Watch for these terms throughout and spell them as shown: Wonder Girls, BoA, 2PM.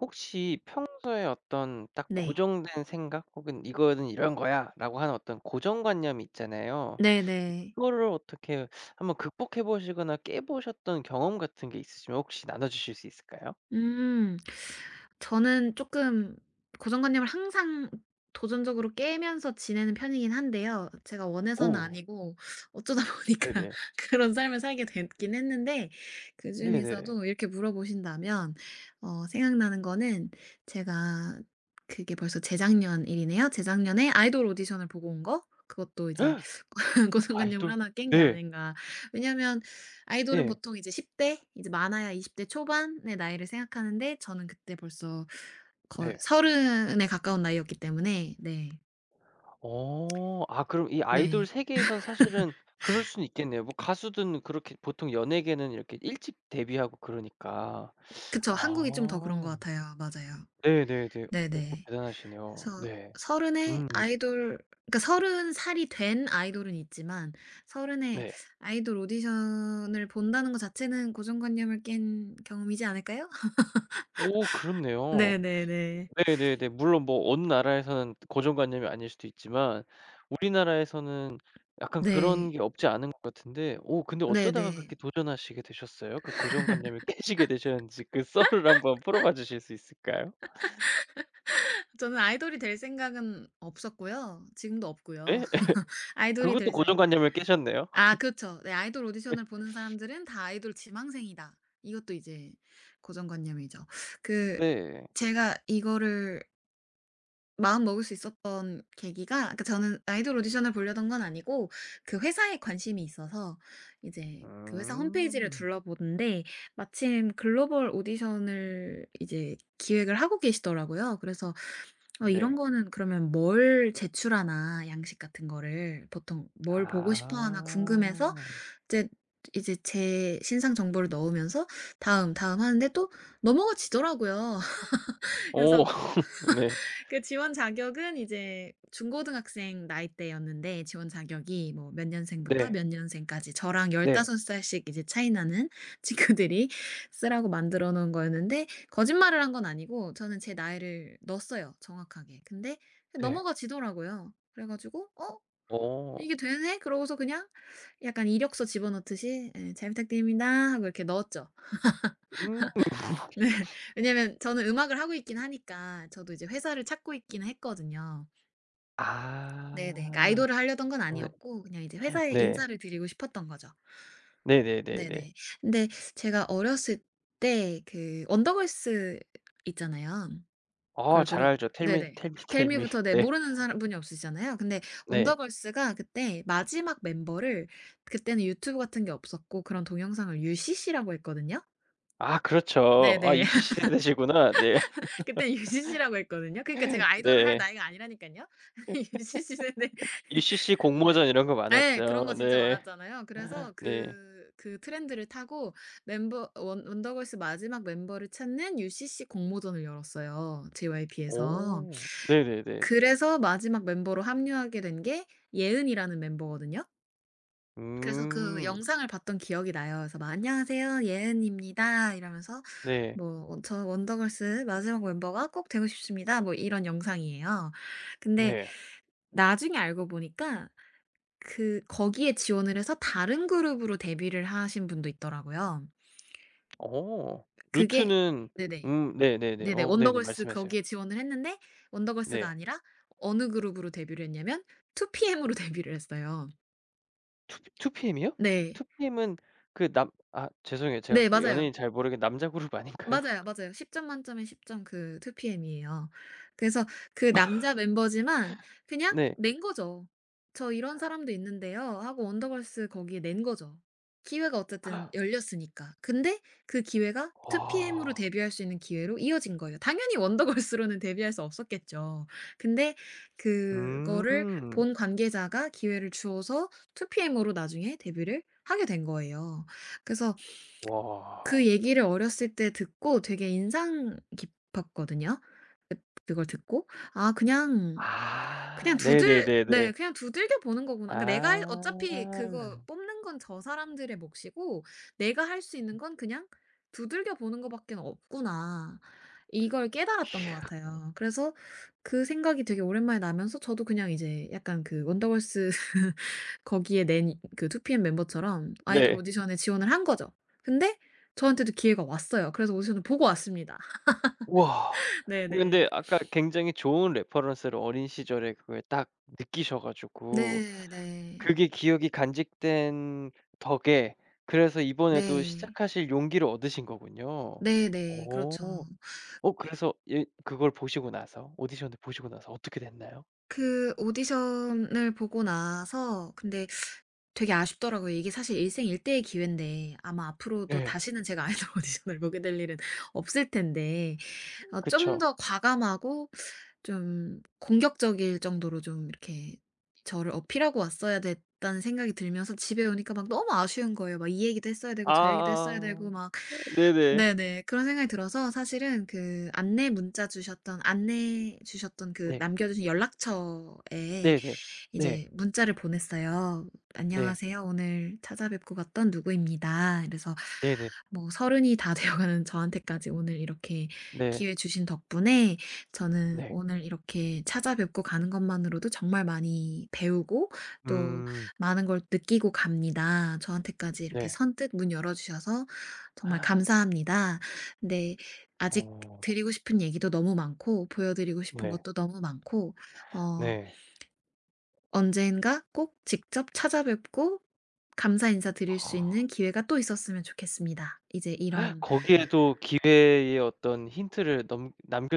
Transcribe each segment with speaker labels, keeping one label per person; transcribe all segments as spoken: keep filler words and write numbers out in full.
Speaker 1: 혹시 평소에 어떤 딱
Speaker 2: 네.
Speaker 1: 고정된 생각 혹은 '이거는 이런 거야.'라고 하는 어떤 고정관념이 있잖아요.
Speaker 2: 네네.
Speaker 1: 그거를 어떻게 한번 극복해 보시거나 깨 보셨던 경험 같은 게 있으시면 혹시 나눠 주실 수 있을까요?
Speaker 2: 음. 저는 쪼끔 고정관념을 항상 도전적으로 깨면서 지내는 편이긴 한데요. 제가 원해서는
Speaker 1: 오.
Speaker 2: 아니고 어쩌다 보니까
Speaker 1: 네네.
Speaker 2: 그런 삶을 살게 됐긴 했는데,
Speaker 1: 네네.
Speaker 2: 그중에서도 이렇게 물어보신다면 어 생각나는 거는 제가, 그게 벌써 재작년 일이네요. 재작년에 아이돌 오디션을 보고 온 거? 그것도 이제 고정관념을
Speaker 1: 아이돌?
Speaker 2: 하나 깬 게
Speaker 1: 네.
Speaker 2: 아닌가. 왜냐면 아이돌은
Speaker 1: 예.
Speaker 2: 보통 이제 십 대, 이제 많아야 이십 대 초반의 나이를 생각하는데, 저는 그때 벌써 거의
Speaker 1: 네.
Speaker 2: 에 가까운 나이였기 때문에. 네.
Speaker 1: 어. 아 그럼 이 아이돌
Speaker 2: 네.
Speaker 1: 세계에선 사실은 그럴 수는 있겠네요. 뭐 가수든 그렇게 보통 연예계는 이렇게 일찍 데뷔하고 그러니까.
Speaker 2: 그쵸. 한국이 좀 더 그런 것
Speaker 1: 아.
Speaker 2: 같아요. 맞아요.
Speaker 1: 네네네. 오
Speaker 2: 네네.
Speaker 1: 대단하시네요.
Speaker 2: 그래서
Speaker 1: 네.
Speaker 2: 서른에
Speaker 1: 음.
Speaker 2: 아이돌, 그러니까 서른 살이 된 아이돌은 있지만, 서른에
Speaker 1: 네.
Speaker 2: 아이돌 오디션을 본다는 것 자체는 고정관념을 깬 경험이지 않을까요?
Speaker 1: 오 그렇네요.
Speaker 2: 네네네.
Speaker 1: 네네네. 물론 뭐 어느 나라에서는 고정관념이 아닐 수도 있지만 우리나라에서는 약간 그런
Speaker 2: 네.
Speaker 1: 게 없지 않은 것 같은데 오 근데 어쩌다가
Speaker 2: 네네.
Speaker 1: 그렇게 도전하시게 되셨어요? 그 고정관념을 깨시게 되셨는지 그 썰을 한번 풀어봐 주실 수 있을까요?
Speaker 2: 저는 아이돌이 될 생각은 없었고요. 지금도 없고요.
Speaker 1: 예?
Speaker 2: 아이돌이 될
Speaker 1: 그것도
Speaker 2: 생.
Speaker 1: 고정관념을 깨셨네요.
Speaker 2: 아 그렇죠. 네. 아이돌 오디션을 보는 사람들은 다 아이돌 지망생이다, 이것도 이제 고정관념이죠. 그,
Speaker 1: 네.
Speaker 2: 제가 이거를 마음 먹을 수 있었던 계기가, 그러니까 저는 아이돌 오디션을 보려던 건 아니고 그 회사에 관심이 있어서 이제 그 회사 홈페이지를
Speaker 1: 음.
Speaker 2: 둘러보는데, 마침 글로벌 오디션을 이제 기획을 하고 계시더라고요. 그래서 어 이런
Speaker 1: 네.
Speaker 2: 거는 그러면 뭘 제출하나, 양식 같은 거를 보통 뭘 보고 싶어 하나 궁금해서
Speaker 1: 아.
Speaker 2: 이제 이제 제 신상 정보를 넣으면서 다음, 다음 하는데 또 넘어가지더라고요.
Speaker 1: 오
Speaker 2: 그래서
Speaker 1: 네.
Speaker 2: 그 지원 자격은 이제 중고등학생 나이대였는데, 지원 자격이 뭐 몇 년생부터
Speaker 1: 네.
Speaker 2: 몇 년생까지 저랑
Speaker 1: 네.
Speaker 2: 열다섯 살씩 이제 차이 나는 친구들이 쓰라고 만들어 놓은 거였는데, 거짓말을 한 건 아니고 저는 제 나이를 넣었어요, 정확하게. 근데
Speaker 1: 네.
Speaker 2: 넘어가 지더라고요. 그래 가지고 '어
Speaker 1: 어.
Speaker 2: 이게 되네?' 그러고서 그냥 약간 이력서 집어넣듯이, 예 "잘 부탁드립니다." 하고 이렇게 넣었죠.
Speaker 1: 음.
Speaker 2: 네. 왜냐면 저는 음악을 하고 있긴 하니까 저도 이제 회사를 찾고 있긴 했거든요. 네네. 그러니까
Speaker 1: 아.
Speaker 2: 아이돌을 하려던 건
Speaker 1: 네.
Speaker 2: 아니었고 그냥 이제 회사에
Speaker 1: 네.
Speaker 2: 인사를 드리고 싶었던 거죠.
Speaker 1: 네네네네.
Speaker 2: 네네. 근데 제가 어렸을 때 그 원더걸스 있잖아요,
Speaker 1: 아 잘
Speaker 2: 걸그룹.
Speaker 1: 알죠. Tell me,
Speaker 2: 네네.
Speaker 1: tell
Speaker 2: 텔
Speaker 1: me,
Speaker 2: 미부터 네
Speaker 1: 네.
Speaker 2: 모르는 사람 분이 없으시잖아요. 근데
Speaker 1: 네.
Speaker 2: 원더걸스가 그때 마지막 멤버를, 그때는 유튜브 같은 게 없었고 그런 동영상을 유씨씨라고 했거든요.
Speaker 1: 아 그렇죠. 아
Speaker 2: 네네.
Speaker 1: 유씨씨 세대시구나. 네.
Speaker 2: 그때 유씨씨라고 했거든요. 그러니까 제가 아이돌을 할
Speaker 1: 네.
Speaker 2: 나이가 아니라니깐요. 유씨씨 세대.
Speaker 1: 유씨씨
Speaker 2: 네.
Speaker 1: 공모전 이런 거
Speaker 2: 예. 그런 거
Speaker 1: 많았죠.
Speaker 2: 진짜
Speaker 1: 네.
Speaker 2: 많았잖아요. 그래서
Speaker 1: 네.
Speaker 2: 그 그 트렌드를 타고 멤버 원 원더걸스 마지막 멤버를 찾는 유씨씨 공모전을 열었어요, 제이와이피에서.
Speaker 1: 오. 네네네.
Speaker 2: 그래서 마지막 멤버로 합류하게 된 게 예은이라는 멤버거든요. 그래서 그
Speaker 1: 음.
Speaker 2: 영상을 봤던 기억이 나요. 그래서 막 "안녕하세요. 예은입니다." 이러면서
Speaker 1: 네.
Speaker 2: 뭐 "저 원더걸스 마지막 멤버가 꼭 되고 싶습니다." 뭐 이런 영상이에요. 근데
Speaker 1: 네.
Speaker 2: 나중에 알고 보니까 그 거기에 지원을 해서 다른 그룹으로 데뷔를 하신 분도 있더라고요.
Speaker 1: 어.
Speaker 2: 그게
Speaker 1: 루트는.
Speaker 2: 네네.
Speaker 1: 음 네네네.
Speaker 2: 네네.
Speaker 1: 어 네네
Speaker 2: 원더걸스
Speaker 1: 말씀하세요.
Speaker 2: 거기에 지원을 했는데 원더걸스가
Speaker 1: 네.
Speaker 2: 아니라 어느 그룹으로 데뷔를 했냐면 투피엠으로 데뷔를 했어요.
Speaker 1: 투 P 피엠이요?
Speaker 2: 네.
Speaker 1: 투피엠은 그 남 아 죄송해요. 제가
Speaker 2: 네 맞아요.
Speaker 1: 연예인 잘 모르게 남자 그룹 아닌가요?
Speaker 2: 맞아요, 맞아요. 십 점 만점에 십 점, 그 투피엠이에요. 그래서 그 남자 멤버지만 그냥
Speaker 1: 네.
Speaker 2: 낸 거죠. "저 이런 사람도 있는데요." 하고 원더걸스 거기에 낸 거죠. 기회가 어쨌든 열렸으니까. 근데 그 기회가 투피엠으로
Speaker 1: 와.
Speaker 2: 데뷔할 수 있는 기회로 이어진 거예요. 당연히 원더걸스로는 데뷔할 수 없었겠죠. 근데 그거를
Speaker 1: 음.
Speaker 2: 본 관계자가 기회를 주어서 투피엠으로 나중에 데뷔를 하게 된 거예요. 그래서 그
Speaker 1: 와.
Speaker 2: 얘기를 어렸을 때 듣고 되게 인상 깊었거든요. 그, 그걸 듣고 '아 그냥, 그냥
Speaker 1: 아.
Speaker 2: 두들 네
Speaker 1: 네네네네.
Speaker 2: 그냥 두들겨 보는 거구나. 그러니까 내가 할, 어차피 그거
Speaker 1: 아.
Speaker 2: 뽑는 건 저 사람들의 몫이고 내가 할 수 있는 건 그냥 두들겨 보는 거밖엔 없구나.' 이걸 깨달았던 것 같아요. 그래서 그 생각이 되게 오랜만에 나면서 저도 그냥 이제 약간 그 원더걸스 거기에 낸 그 투피엠 멤버처럼 아이돌
Speaker 1: 네.
Speaker 2: 오디션에 지원을 한 거죠. 근데 저한테도 기회가 왔어요. 그래서 오디션을 보고 왔습니다.
Speaker 1: 와.
Speaker 2: 네네.
Speaker 1: 근데 아까 굉장히 좋은 레퍼런스를 어린 시절에 그걸 딱 느끼셔 가지고
Speaker 2: 네 네.
Speaker 1: 그게 기억이 간직된 덕에 그래서 이번에도
Speaker 2: 네.
Speaker 1: 시작하실 용기를 얻으신 거군요.
Speaker 2: 네네.
Speaker 1: 어.
Speaker 2: 그렇죠.
Speaker 1: 어 그래서 예 그걸 보시고 나서 오디션을 보시고 나서 어떻게 됐나요?
Speaker 2: 그 오디션을 보고 나서, 근데 되게 아쉽더라고요. 이게 사실 일생일대의 기회인데 아마 앞으로도
Speaker 1: 네.
Speaker 2: 다시는 제가 아이돌 오디션을 보게 될 일은 없을 텐데 어 좀
Speaker 1: 그쵸.
Speaker 2: 더 과감하고 좀 공격적일 정도로 좀 이렇게 저를 어필하고 왔어야 됐다는 생각이 들면서 집에 오니까 막 너무 아쉬운 거예요. 막 이 얘기도 했어야 되고 저 얘기도 했어야
Speaker 1: 아
Speaker 2: 되고 막.
Speaker 1: 네네.
Speaker 2: 네네. 그런 생각이 들어서 사실은 그 안내 문자 주셨던, 안내 주셨던, 그
Speaker 1: 네.
Speaker 2: 남겨 주신 연락처에
Speaker 1: 네네. 네.
Speaker 2: 이제 문자를 보냈어요.
Speaker 1: 네.
Speaker 2: "안녕하세요. 오늘 찾아뵙고 갔던 누구입니다." 그래서
Speaker 1: 네네.
Speaker 2: 뭐, 서른이 다 되어가는 저한테까지 오늘 이렇게
Speaker 1: 네.
Speaker 2: 기회 주신 덕분에 저는
Speaker 1: 네.
Speaker 2: 오늘 이렇게 찾아뵙고 가는 것만으로도 정말 많이 배우고 또
Speaker 1: 음.
Speaker 2: 많은 걸 느끼고 갑니다. 저한테까지 이렇게
Speaker 1: 네.
Speaker 2: 선뜻 문 열어 주셔서 정말 감사합니다. 근데 아직
Speaker 1: 어
Speaker 2: 드리고 싶은 얘기도 너무 많고 보여 드리고 싶은
Speaker 1: 네.
Speaker 2: 것도 너무 많고, 어
Speaker 1: 네.
Speaker 2: 언젠가 꼭 직접 찾아뵙고 감사 인사 드릴 수 있는 기회가 또 있었으면 좋겠습니다. 이제 이런.
Speaker 1: 거기에도 기회의 어떤 힌트를 넘 남겨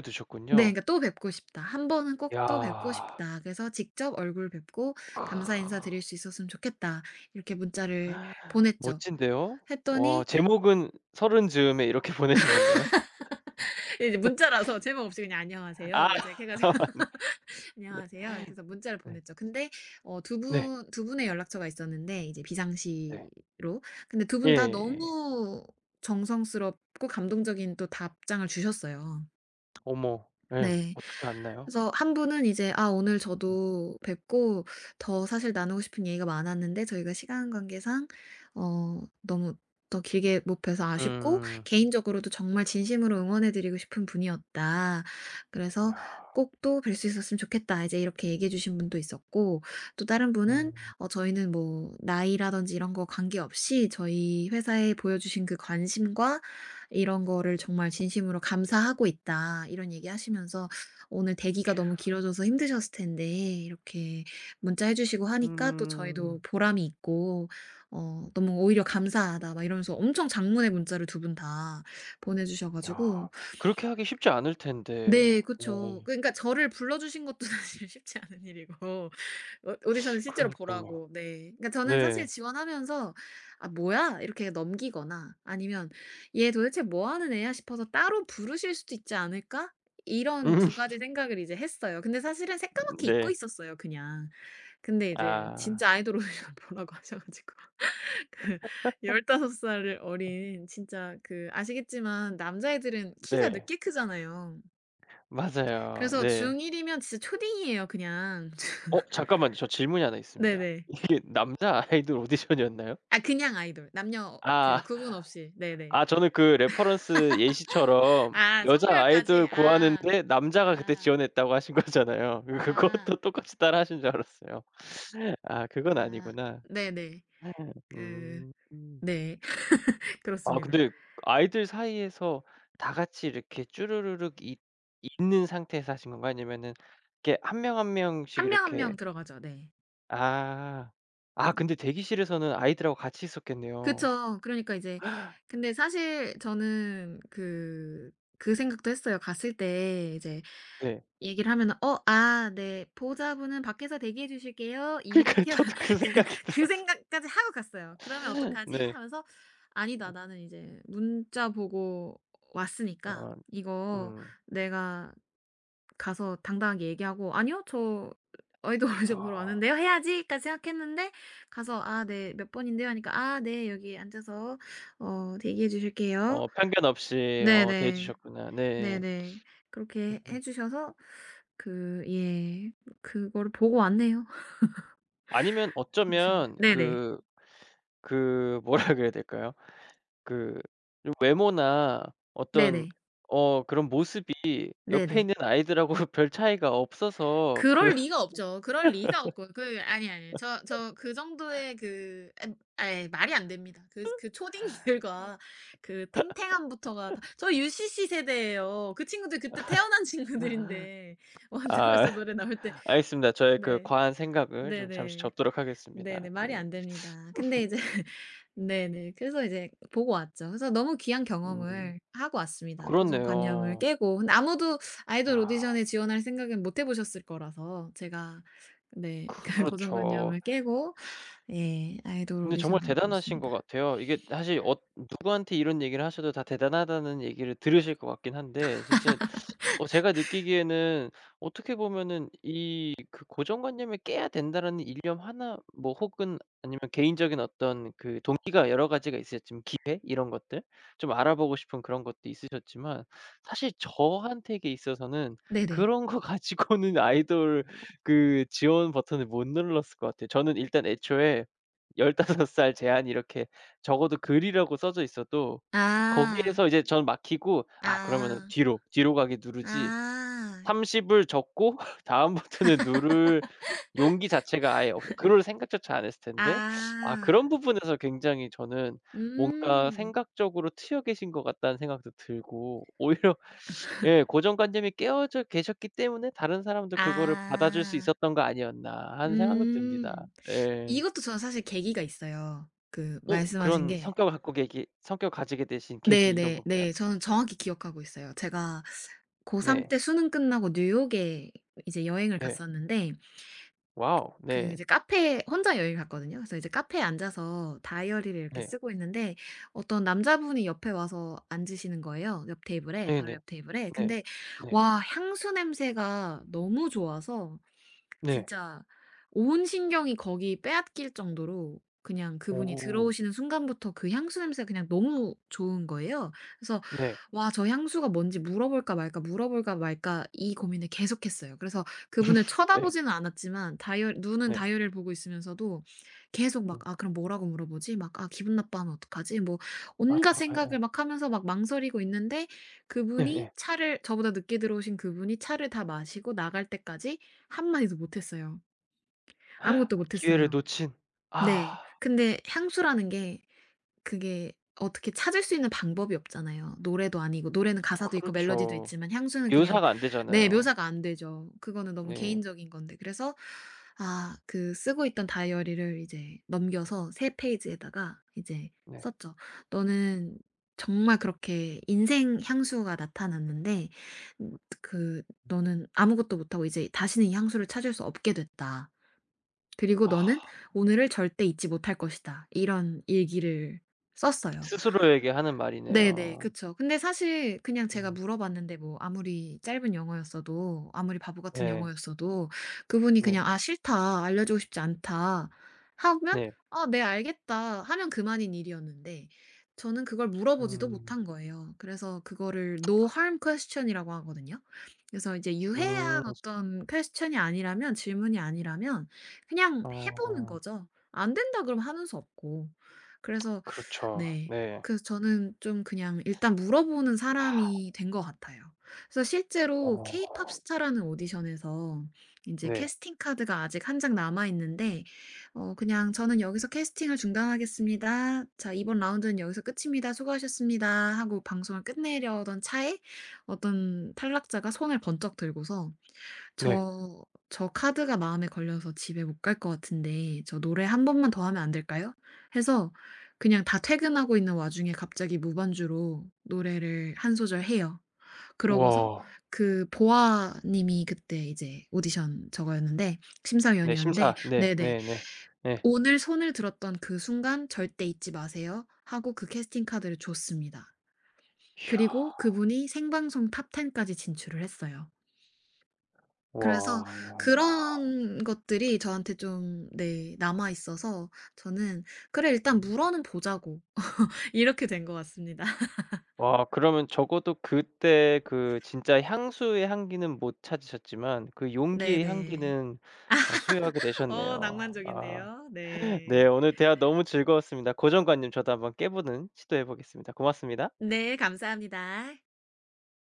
Speaker 2: 네
Speaker 1: 두셨군요.
Speaker 2: 그러니까 또 뵙고 싶다. 한 번은 꼭 또 뵙고
Speaker 1: 야.
Speaker 2: 싶다. 그래서 직접 얼굴 뵙고 감사 인사 드릴 수 있었으면 좋겠다. 이렇게 문자를 보냈죠.
Speaker 1: 멋진데요? 와
Speaker 2: 했더니.
Speaker 1: 제목은 서른 즈음에 이렇게 보내신 건가요?
Speaker 2: 이제 문자라서 제목 없이 그냥 "안녕하세요."
Speaker 1: 아
Speaker 2: 막 이제 이렇게 해 가지고
Speaker 1: 아 맞네. 네.
Speaker 2: 안녕하세요. 그래서 문자를
Speaker 1: 네.
Speaker 2: 보냈죠. 근데 어 두
Speaker 1: 네.
Speaker 2: 분 두 분의 연락처가 있었는데 이제
Speaker 1: 네.
Speaker 2: 비상시로. 근데 두 분 다
Speaker 1: 예.
Speaker 2: 너무 정성스럽고 감동적인 또 답장을 주셨어요.
Speaker 1: 어머. 예.
Speaker 2: 네.
Speaker 1: 어떻게 안나요.
Speaker 2: 그래서 한 분은 이제 "아 오늘 저도 뵙고 더 사실 나누고 싶은 얘기가 많았는데 저희가 시간 관계상 어 너무 더 길게 못 뵈서 아쉽고
Speaker 1: 음.
Speaker 2: 개인적으로도 정말 진심으로 응원해 드리고 싶은 분이었다. 그래서
Speaker 1: 야.
Speaker 2: 꼭 또 뵐 수 있었으면 좋겠다." 이제 이렇게 얘기해 주신 분도 있었고, 또 다른 분은
Speaker 1: 음.
Speaker 2: 어 "저희는 뭐 나이라든지 이런 거 관계없이 저희 회사에 보여주신 그 관심과 이런 거를 정말 진심으로 감사하고 있다." 이런 얘기하시면서 오늘 대기가 너무 길어져서 힘드셨을 텐데 이렇게 문자해 주시고 하니까 또 저희도
Speaker 1: 음.
Speaker 2: 보람이 있고 어 너무 오히려 "감사하다." 막 이러면서 엄청 장문의 문자를 두 분 다 보내 주셔 가지고.
Speaker 1: 야. 그렇게 하기 쉽지 않을 텐데.
Speaker 2: 네
Speaker 1: 어.
Speaker 2: 그쵸. 그러니까 저를 불러 주신 것도 사실 쉽지 않은 일이고 오 오디션을 실제로
Speaker 1: 그러니깐요.
Speaker 2: 보라고. 네. 그러니까 저는 사실
Speaker 1: 네.
Speaker 2: 지원하면서 '아 뭐야?' 이렇게 넘기거나 아니면 '얘 도대체 뭐 하는 애야?' 싶어서 '따로 부르실 수도 있지 않을까?' 이런
Speaker 1: 음.
Speaker 2: 두 가지 생각을 이제 했어요. 근데 사실은 새까맣게 잊고
Speaker 1: 네.
Speaker 2: 있었어요, 그냥. 근데 이제
Speaker 1: 아.
Speaker 2: 진짜 아이돌 오디션 보라고 하셔 가지고 그, 열다섯 살 어린, 진짜 그, 아시겠지만 남자애들은 키가
Speaker 1: 네.
Speaker 2: 늦게 크잖아요.
Speaker 1: 맞아요.
Speaker 2: 그래서
Speaker 1: 네.
Speaker 2: 중일 이면 진짜 초딩이에요 그냥.
Speaker 1: 어 잠깐만요. 저 질문이 하나 있습니다.
Speaker 2: 네네.
Speaker 1: 이게 남자 아이돌 오디션이었나요?
Speaker 2: 아 그냥 아이돌. 남녀 그
Speaker 1: 아.
Speaker 2: 구분 없이. 네네.
Speaker 1: 아 저는 그 레퍼런스 예시처럼
Speaker 2: 아
Speaker 1: 여자
Speaker 2: 성별까지.
Speaker 1: 아이돌
Speaker 2: 아.
Speaker 1: 구하는데 남자가 그때
Speaker 2: 아.
Speaker 1: 지원했다고 하신 거잖아요. 그
Speaker 2: 아.
Speaker 1: 그것도 똑같이 따라 하신 줄 알았어요. 아 그건
Speaker 2: 아.
Speaker 1: 아니구나.
Speaker 2: 네네. 그.
Speaker 1: 음.
Speaker 2: 네.
Speaker 1: 아
Speaker 2: 그렇습니다.
Speaker 1: 근데 아이들 사이에서 다 같이 이렇게 쭈루루룩 있 있는 상태에서 하신 건가요? 아니면은 이렇게 한 명 한 명씩
Speaker 2: 한 명, 한 명
Speaker 1: 이렇게
Speaker 2: 들어가죠. 네.
Speaker 1: 아. 아 근데 대기실에서는 아이들하고 같이 있었겠네요.
Speaker 2: 그쵸. 그러니까 이제, 근데 사실 저는 그 그 생각도 했어요. 갔을 때 이제
Speaker 1: 네.
Speaker 2: 얘기를 하면은 "어 아 네. 보호자분은 밖에서 대기해 주실게요."
Speaker 1: 그러니까요.
Speaker 2: 이렇게
Speaker 1: 저도 그
Speaker 2: 그.
Speaker 1: 생각이
Speaker 2: 그
Speaker 1: 들어서.
Speaker 2: 생각까지 하고 갔어요. '그러면 어떡하지?'
Speaker 1: 네.
Speaker 2: 하면서 '아니다. 나는 이제 문자 보고 왔으니까
Speaker 1: 어
Speaker 2: 이거
Speaker 1: 음.
Speaker 2: 내가 가서 당당하게 얘기하고 "아니요. 저 아이돌 걸어왔서 보러
Speaker 1: 캬.
Speaker 2: 왔는데요." 해야지.'까지 생각했는데 가서 '아 네. 몇 번인데요.' 하니까 '아 네. 여기 앉아서 어 대기해 주실게요.'
Speaker 1: 어 편견 없이 어 대해
Speaker 2: 네네.
Speaker 1: 주셨구나. 네.
Speaker 2: 네네. 그렇게 해
Speaker 1: 음
Speaker 2: 주셔서. 그 예 그거를 보고 왔네요.
Speaker 1: 아니면
Speaker 2: 컨디션을.
Speaker 1: 어쩌면
Speaker 2: 네네.
Speaker 1: 그 그 뭐라 그래야 될까요? 그 좀 외모나 어떤
Speaker 2: 네네.
Speaker 1: 어 그런 모습이 옆에
Speaker 2: 네네.
Speaker 1: 있는 아이들하고 별 차이가 없어서 그
Speaker 2: 그럴 리가 없죠. 그럴 리가 없고 그, 아니, 아니. 저, 저 그 정도의 그, 아 아 말이 안 됩니다. 그 그 초딩들과 그 탱탱함부터가 다 저 유씨씨 세대예요. 그 친구들 그때 태어난 친구들인데
Speaker 1: 아
Speaker 2: 원더걸스 노래 나올 때.
Speaker 1: 알겠습니다. 저의 그
Speaker 2: 네.
Speaker 1: 과한 생각을 좀 잠시
Speaker 2: 네네.
Speaker 1: 접도록 하겠습니다.
Speaker 2: 네네. 말이
Speaker 1: 네.
Speaker 2: 안 됩니다. 근데 이제 네네. 그래서 이제 보고 왔죠. 그래서 너무 귀한
Speaker 1: 음
Speaker 2: 경험을 하고 왔습니다. 고정관념을
Speaker 1: 그렇네요.
Speaker 2: 깨고. 근데 아무도 아이돌
Speaker 1: 야
Speaker 2: 오디션에 지원할 생각은 못 해 보셨을 거라서 제가 네 그
Speaker 1: 그렇죠.
Speaker 2: 고정관념을 깨고 예 아이돌
Speaker 1: 근데 정말
Speaker 2: 오디션을
Speaker 1: 대단하신 것
Speaker 2: 보렀습니다.
Speaker 1: 같아요. 이게 사실 어 누구한테 이런 얘기를 하셔도 다 대단하다는 얘기를 들으실 것 같긴 한데 진짜 어 제가 느끼기에는 어떻게 보면은 이 그 '고정관념을 깨야 된다.'라는 일념 하나 뭐 혹은 아니면 개인적인 어떤 그 동기가 여러 가지가 있으셨지만 기회 이런 것들 좀 알아보고 싶은 그런 것도 있으셨지만 사실 저한테 있어서는
Speaker 2: 네네.
Speaker 1: 그런 거 가지고는 아이돌 그 지원 버튼을 못 눌렀을 것 같아요. 저는 일단 애초에 열다섯 살 제한 이렇게 적어도 글이라고 써져 있어도
Speaker 2: 아.
Speaker 1: 거기에서 이제 저는 막히고 '아 그러면은
Speaker 2: 아.
Speaker 1: 뒤로, 뒤로 가기 누르지.'
Speaker 2: 아.
Speaker 1: 서른을 적고 다음부터는 누를 용기 자체가 아예 없어 그럴 생각조차 안 했을 텐데 아
Speaker 2: 아.
Speaker 1: 그런 부분에서 굉장히 저는 뭔가
Speaker 2: 음.
Speaker 1: '생각적으로 트여 계신 것 같다.'는 생각도 들고 오히려 예 고정관념이 깨어져 계셨기 때문에 다른 사람도 그거를 받아줄 수
Speaker 2: 아.
Speaker 1: 있었던 거 아니었나 하는 생각도 듭니다.
Speaker 2: 음.
Speaker 1: 예.
Speaker 2: 이것도 저는 사실 계기가 있어요. 그
Speaker 1: 어
Speaker 2: 말씀하신
Speaker 1: 그런
Speaker 2: 게.
Speaker 1: 성격을 갖고 계기 성격을 가지게 되신
Speaker 2: 네네
Speaker 1: 계기 이런
Speaker 2: 네.
Speaker 1: 건가요?
Speaker 2: 네. 저는 정확히 기억하고 있어요. 제가 고삼
Speaker 1: 네.
Speaker 2: 때 수능 끝나고 뉴욕에 이제 여행을
Speaker 1: 네.
Speaker 2: 갔었는데.
Speaker 1: 와우.
Speaker 2: 그
Speaker 1: 네.
Speaker 2: 이제 카페에 혼자 여행을 갔거든요. 그래서 이제 카페에 앉아서 다이어리를 이렇게
Speaker 1: 네.
Speaker 2: 쓰고 있는데 어떤 남자분이 옆에 와서 앉으시는 거예요, 옆 테이블에, 바로
Speaker 1: 네네. 네.
Speaker 2: 옆 테이블에.
Speaker 1: 네.
Speaker 2: 근데
Speaker 1: 네.
Speaker 2: 와 향수 냄새가 너무 좋아서
Speaker 1: 네.
Speaker 2: 진짜 온 신경이 거기 빼앗길 정도로, 그냥 그분이
Speaker 1: 오.
Speaker 2: 들어오시는 순간부터 그 향수 냄새가 그냥 너무 좋은 거예요. 그래서
Speaker 1: 네.
Speaker 2: '와 저 향수가 뭔지 물어볼까 말까, 물어볼까 말까.' 이 고민을 계속했어요. 그래서 그분을
Speaker 1: 네.
Speaker 2: 쳐다보지는 않았지만, 다이어 눈은
Speaker 1: 네.
Speaker 2: 다이어리를 보고 있으면서도 계속
Speaker 1: 음.
Speaker 2: 막 '아 그럼 뭐라고 물어보지?' 막 '아 기분 나빠하면 어떡하지?' 뭐
Speaker 1: 아
Speaker 2: 온갖 생각을
Speaker 1: 예예.
Speaker 2: 막 하면서 막 망설이고 있는데, 그분이
Speaker 1: 예예.
Speaker 2: 차를, 저보다 늦게 들어오신 그분이 차를 다 마시고 나갈 때까지 한마디도 못했어요. 아무것도
Speaker 1: 기회를
Speaker 2: 못했어요.
Speaker 1: 놓친
Speaker 2: 네.
Speaker 1: 아
Speaker 2: 근데 향수라는 게 그게 어떻게 찾을 수 있는 방법이 없잖아요. 노래도 아니고 노래는 가사도 있고 멜로디도
Speaker 1: 그렇죠.
Speaker 2: 있지만 향수는 그냥.
Speaker 1: 묘사가 안
Speaker 2: 네
Speaker 1: 되잖아요.
Speaker 2: 묘사가 안 되죠. 그거는 너무
Speaker 1: 네.
Speaker 2: 개인적인 건데. 그래서 아 그 쓰고 있던 다이어리를 이제 넘겨서 세 페이지에다가 이제
Speaker 1: 네.
Speaker 2: 썼죠. "너는 정말 그렇게 인생 향수가 나타났는데 음 그 너는 아무것도 못하고 이제 다시는 이 향수를 찾을 수 없게 됐다." 그리고
Speaker 1: 아
Speaker 2: 너는 오늘을 절대 잊지 못할 것이다. 이런 일기를 썼어요.
Speaker 1: 스스로에게 하는
Speaker 2: 네네.
Speaker 1: 말이네요.
Speaker 2: 그쵸. 근데 사실 그냥 제가
Speaker 1: 음.
Speaker 2: 물어봤는데 뭐 아무리 짧은 영어였어도 아무리 바보 같은
Speaker 1: 네.
Speaker 2: 영어였어도 그분이
Speaker 1: 네.
Speaker 2: 그냥 "아 싫다. 알려주고 싶지 않다." 하면
Speaker 1: 네.
Speaker 2: "아 네 알겠다." 하면 그만인 일이었는데 저는 그걸 물어보지도
Speaker 1: 음.
Speaker 2: 못한 거예요. 그래서 그거를 No harm question 이라고 하거든요. 그래서 이제
Speaker 1: 음.
Speaker 2: 유해한 어떤 퀘스천이 아니라면, 질문이 아니라면 그냥 해 보는
Speaker 1: 어.
Speaker 2: 거죠. 안 된다 그러면 하는 수 없고. 그래서
Speaker 1: 그렇죠.
Speaker 2: 네.
Speaker 1: 네.
Speaker 2: 그래서 저는 좀 그냥 일단 물어보는
Speaker 1: 아,
Speaker 2: 사람이 된 것 같아요. 그래서 실제로
Speaker 1: 어.
Speaker 2: 케이팝 스타라는 오디션에서 인제
Speaker 1: 네.
Speaker 2: 캐스팅 카드가 아직 한 장 남아 있는데 어 그냥 "저는 여기서 캐스팅을 중단하겠습니다. 자 이번 라운드는 여기서 끝입니다. 수고하셨습니다." 하고 방송을 끝내려던 차에 어떤 탈락자가 손을 번쩍 들고서
Speaker 1: 네.
Speaker 2: "저, 저 카드가 마음에 걸려서 집에 못 갈 것 같은데 저 노래 한 번만 더 하면 안 될까요?" 해서, 그냥 다 퇴근하고 있는 와중에 갑자기 무반주로 노래를 한 소절 해요. 그러고서
Speaker 1: 우와.
Speaker 2: 그 보아 님이 그때 이제 오디션 저거였는데,
Speaker 1: 네
Speaker 2: 심사위원이었는데
Speaker 1: 심사. 네.
Speaker 2: 네네
Speaker 1: 네네. 네. 네.
Speaker 2: "오늘 손을 들었던 그 순간 절대 잊지 마세요." 하고 그 캐스팅 카드를 줬습니다. 그리고
Speaker 1: 이야.
Speaker 2: 그분이 생방송 탑텐 까지 진출을 했어요. 그래서
Speaker 1: 와.
Speaker 2: 그런 것들이 저한테 좀, 네, 남아 있어서 저는 '그래 일단 물어는 보자고.' 이렇게 된 것 같습니다.
Speaker 1: 와 그러면 적어도 그때 그 진짜 향수의 향기는 못 찾으셨지만 그 용기의
Speaker 2: 네네.
Speaker 1: 향기는 어 소유하게
Speaker 2: 어
Speaker 1: 되셨네요. 아
Speaker 2: 낭만적인데요.
Speaker 1: 네
Speaker 2: 네.
Speaker 1: 오늘 대화 너무 즐거웠습니다. 고정관념 저도 한번 깨보는 시도해 보겠습니다. 고맙습니다.
Speaker 2: 네 감사합니다.